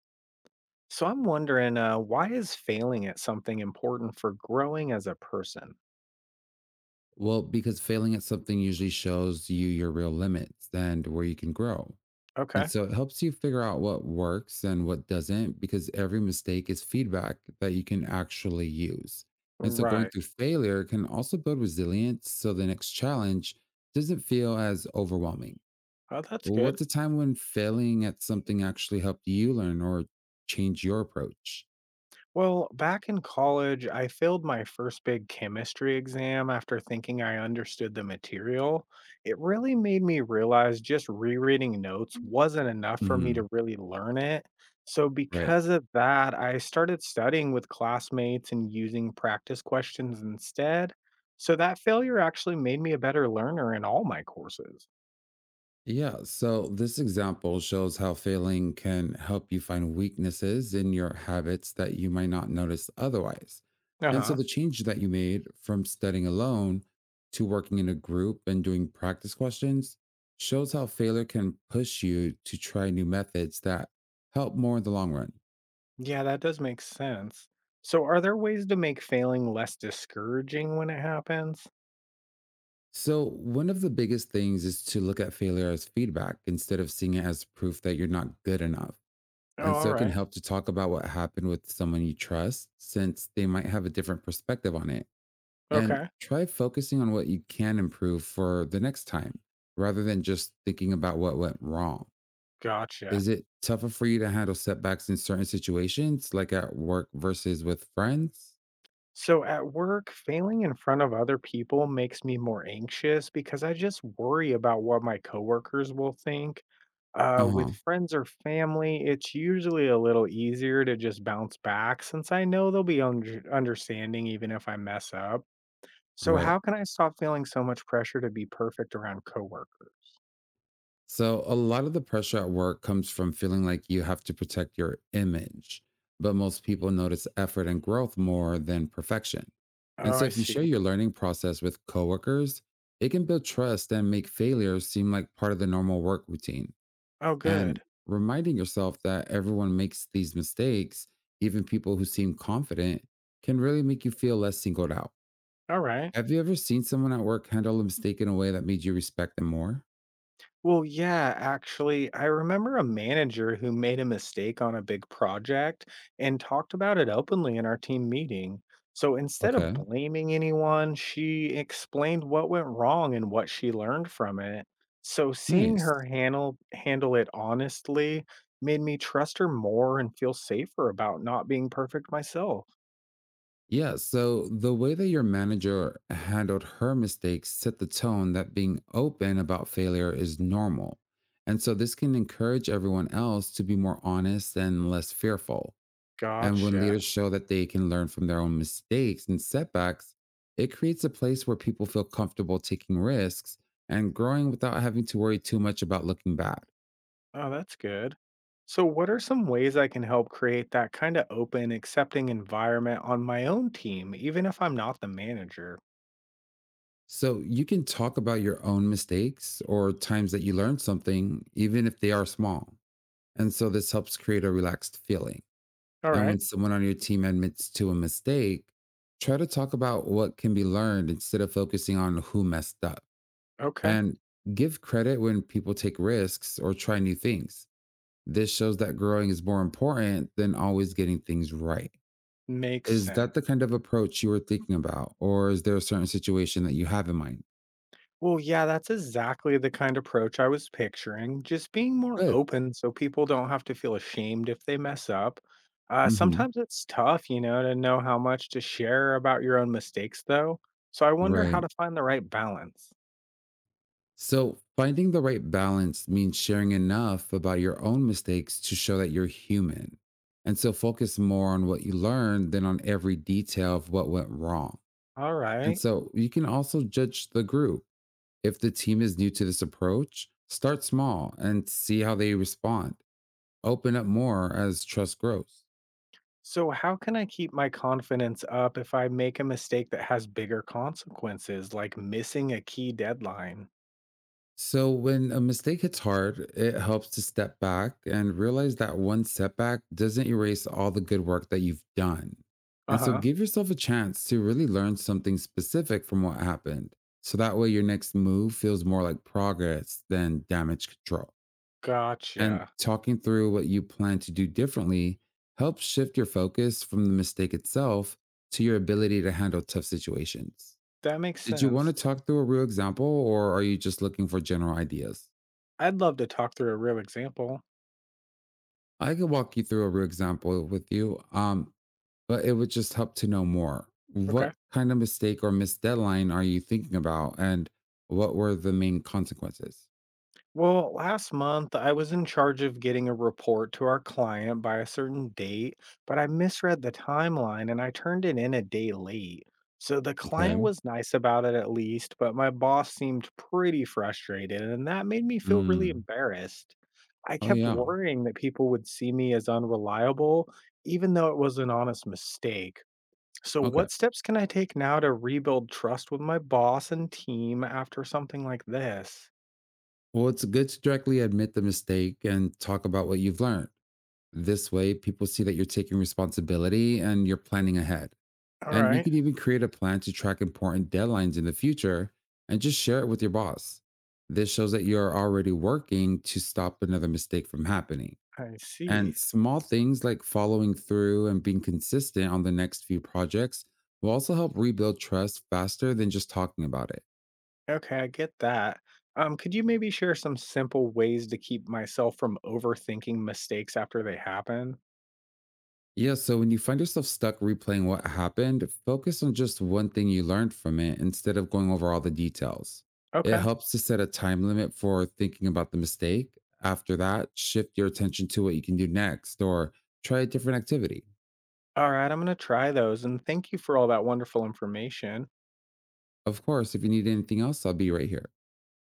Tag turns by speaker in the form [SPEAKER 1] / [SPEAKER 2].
[SPEAKER 1] So I'm wondering, why is failing at something important for growing as a person?
[SPEAKER 2] Well, because failing at something usually shows you your real limits and where you can grow. And
[SPEAKER 1] Okay.
[SPEAKER 2] so it helps you figure out what works and what doesn't because every mistake is feedback that you can actually use. And so going
[SPEAKER 1] Right.
[SPEAKER 2] through failure can also build resilience so the next challenge doesn't feel as overwhelming.
[SPEAKER 1] Oh, that's
[SPEAKER 2] Well,
[SPEAKER 1] good.
[SPEAKER 2] what's a time when failing at something actually helped you learn or change your approach?
[SPEAKER 1] Well, back in college, I failed my first big chemistry exam after thinking I understood the material. It really made me realize just rereading notes
[SPEAKER 2] Mm,
[SPEAKER 1] wasn't enough for me
[SPEAKER 2] hmm.
[SPEAKER 1] to really learn it. So,
[SPEAKER 2] Right.
[SPEAKER 1] because of that, I started studying with classmates and using practice questions instead. So, that failure actually made me a better learner in all my courses.
[SPEAKER 2] Yeah, so this example shows how failing can help you find weaknesses in your habits that you might not notice otherwise.
[SPEAKER 1] Uh
[SPEAKER 2] And so
[SPEAKER 1] huh.
[SPEAKER 2] the change that you made from studying alone to working in a group and doing practice questions shows how failure can push you to try new methods that help more in the long run.
[SPEAKER 1] Yeah, that does make sense. So, are there ways to make failing less discouraging when it happens?
[SPEAKER 2] So, one of the biggest things is to look at failure as feedback instead of seeing it as proof that you're not good enough.
[SPEAKER 1] Oh,
[SPEAKER 2] And so it can
[SPEAKER 1] alright.
[SPEAKER 2] help to talk about what happened with someone you trust, since they might have a different perspective on it. And
[SPEAKER 1] Okay.
[SPEAKER 2] try focusing on what you can improve for the next time rather than just thinking about what went wrong.
[SPEAKER 1] Gotcha.
[SPEAKER 2] Is it tougher for you to handle setbacks in certain situations, like at work versus with friends?
[SPEAKER 1] So at work, failing in front of other people makes me more anxious because I just worry about what my coworkers will think.
[SPEAKER 2] Uh
[SPEAKER 1] With
[SPEAKER 2] huh.
[SPEAKER 1] friends or family, it's usually a little easier to just bounce back since I know they'll be under understanding even if I mess up. So
[SPEAKER 2] Right.
[SPEAKER 1] how can I stop feeling so much pressure to be perfect around coworkers?
[SPEAKER 2] So, a lot of the pressure at work comes from feeling like you have to protect your image, but most people notice effort and growth more than perfection. And
[SPEAKER 1] Oh,
[SPEAKER 2] so,
[SPEAKER 1] I
[SPEAKER 2] if you
[SPEAKER 1] see.
[SPEAKER 2] share your learning process with coworkers, it can build trust and make failures seem like part of the normal work routine.
[SPEAKER 1] Oh,
[SPEAKER 2] And
[SPEAKER 1] good.
[SPEAKER 2] reminding yourself that everyone makes these mistakes, even people who seem confident, can really make you feel less singled out.
[SPEAKER 1] All right.
[SPEAKER 2] Have you ever seen someone at work handle a mistake in a way that made you respect them more?
[SPEAKER 1] Well, yeah, actually, I remember a manager who made a mistake on a big project and talked about it openly in our team meeting. So instead of
[SPEAKER 2] Okay,
[SPEAKER 1] blaming anyone, she explained what went wrong and what she learned from it. So seeing
[SPEAKER 2] nice.
[SPEAKER 1] her handle it honestly made me trust her more and feel safer about not being perfect myself.
[SPEAKER 2] Yeah, so the way that your manager handled her mistakes set the tone that being open about failure is normal. And so this can encourage everyone else to be more honest and less fearful. And when
[SPEAKER 1] Gotcha.
[SPEAKER 2] leaders show that they can learn from their own mistakes and setbacks, it creates a place where people feel comfortable taking risks and growing without having to worry too much about looking bad.
[SPEAKER 1] Oh, that's good. So, what are some ways I can help create that kind of open, accepting environment on my own team, even if I'm not the manager?
[SPEAKER 2] So you can talk about your own mistakes or times that you learned something, even if they are small. And so this helps create a relaxed feeling.
[SPEAKER 1] All
[SPEAKER 2] And
[SPEAKER 1] right.
[SPEAKER 2] when someone on your team admits to a mistake, try to talk about what can be learned instead of focusing on who messed up.
[SPEAKER 1] Okay.
[SPEAKER 2] And give credit when people take risks or try new things. This shows that growing is more important than always getting things right.
[SPEAKER 1] Makes
[SPEAKER 2] Is that the
[SPEAKER 1] sense.
[SPEAKER 2] kind of approach you were thinking about? Or is there a certain situation that you have in mind?
[SPEAKER 1] Well, yeah, that's exactly the kind of approach I was picturing. Just being more
[SPEAKER 2] Good.
[SPEAKER 1] open so people don't have to feel ashamed if they mess up.
[SPEAKER 2] Hmm.
[SPEAKER 1] Sometimes it's tough, to know how much to share about your own mistakes, though. So, I wonder how
[SPEAKER 2] Right.
[SPEAKER 1] to find the right balance.
[SPEAKER 2] So, finding the right balance means sharing enough about your own mistakes to show that you're human. And so, focus more on what you learned than on every detail of what went wrong.
[SPEAKER 1] All
[SPEAKER 2] And
[SPEAKER 1] right.
[SPEAKER 2] so, you can also judge the group. If the team is new to this approach, start small and see how they respond. Open up more as trust grows.
[SPEAKER 1] So, how can I keep my confidence up if I make a mistake that has bigger consequences, like missing a key deadline?
[SPEAKER 2] So, when a mistake hits hard, it helps to step back and realize that one setback doesn't erase all the good work that you've done.
[SPEAKER 1] Uh
[SPEAKER 2] And so,
[SPEAKER 1] huh.
[SPEAKER 2] give yourself a chance to really learn something specific from what happened. So that way, your next move feels more like progress than damage control. And
[SPEAKER 1] Gotcha.
[SPEAKER 2] talking through what you plan to do differently helps shift your focus from the mistake itself to your ability to handle tough situations.
[SPEAKER 1] That makes
[SPEAKER 2] Did you want
[SPEAKER 1] sense.
[SPEAKER 2] to talk through a real example, or are you just looking for general ideas?
[SPEAKER 1] I'd love to talk through a real example.
[SPEAKER 2] I could walk you through a real example with you, but it would just help to know more.
[SPEAKER 1] Okay.
[SPEAKER 2] What kind of mistake or missed deadline are you thinking about, and what were the main consequences?
[SPEAKER 1] Well, last month I was in charge of getting a report to our client by a certain date, but I misread the timeline and I turned it in a day late. So the client
[SPEAKER 2] Okay.
[SPEAKER 1] was nice about it at least, but my boss seemed pretty frustrated and that made me feel really
[SPEAKER 2] Mm.
[SPEAKER 1] embarrassed. I
[SPEAKER 2] Oh,
[SPEAKER 1] kept
[SPEAKER 2] yeah.
[SPEAKER 1] worrying that people would see me as unreliable, even though it was an honest mistake. So,
[SPEAKER 2] Okay.
[SPEAKER 1] what steps can I take now to rebuild trust with my boss and team after something like this?
[SPEAKER 2] Well, it's good to directly admit the mistake and talk about what you've learned. This way, people see that you're taking responsibility and you're planning ahead.
[SPEAKER 1] All
[SPEAKER 2] And you
[SPEAKER 1] right.
[SPEAKER 2] can even create a plan to track important deadlines in the future and just share it with your boss. This shows that you're already working to stop another mistake from happening.
[SPEAKER 1] I see.
[SPEAKER 2] And small things like following through and being consistent on the next few projects will also help rebuild trust faster than just talking about it.
[SPEAKER 1] Okay, I get that. Could you maybe share some simple ways to keep myself from overthinking mistakes after they happen?
[SPEAKER 2] Yeah, so when you find yourself stuck replaying what happened, focus on just one thing you learned from it instead of going over all the details. It
[SPEAKER 1] Okay.
[SPEAKER 2] helps to set a time limit for thinking about the mistake. After that, shift your attention to what you can do next or try a different activity.
[SPEAKER 1] All right, I'm going to try those. And thank you for all that wonderful information.
[SPEAKER 2] Of course, if you need anything else, I'll be right here.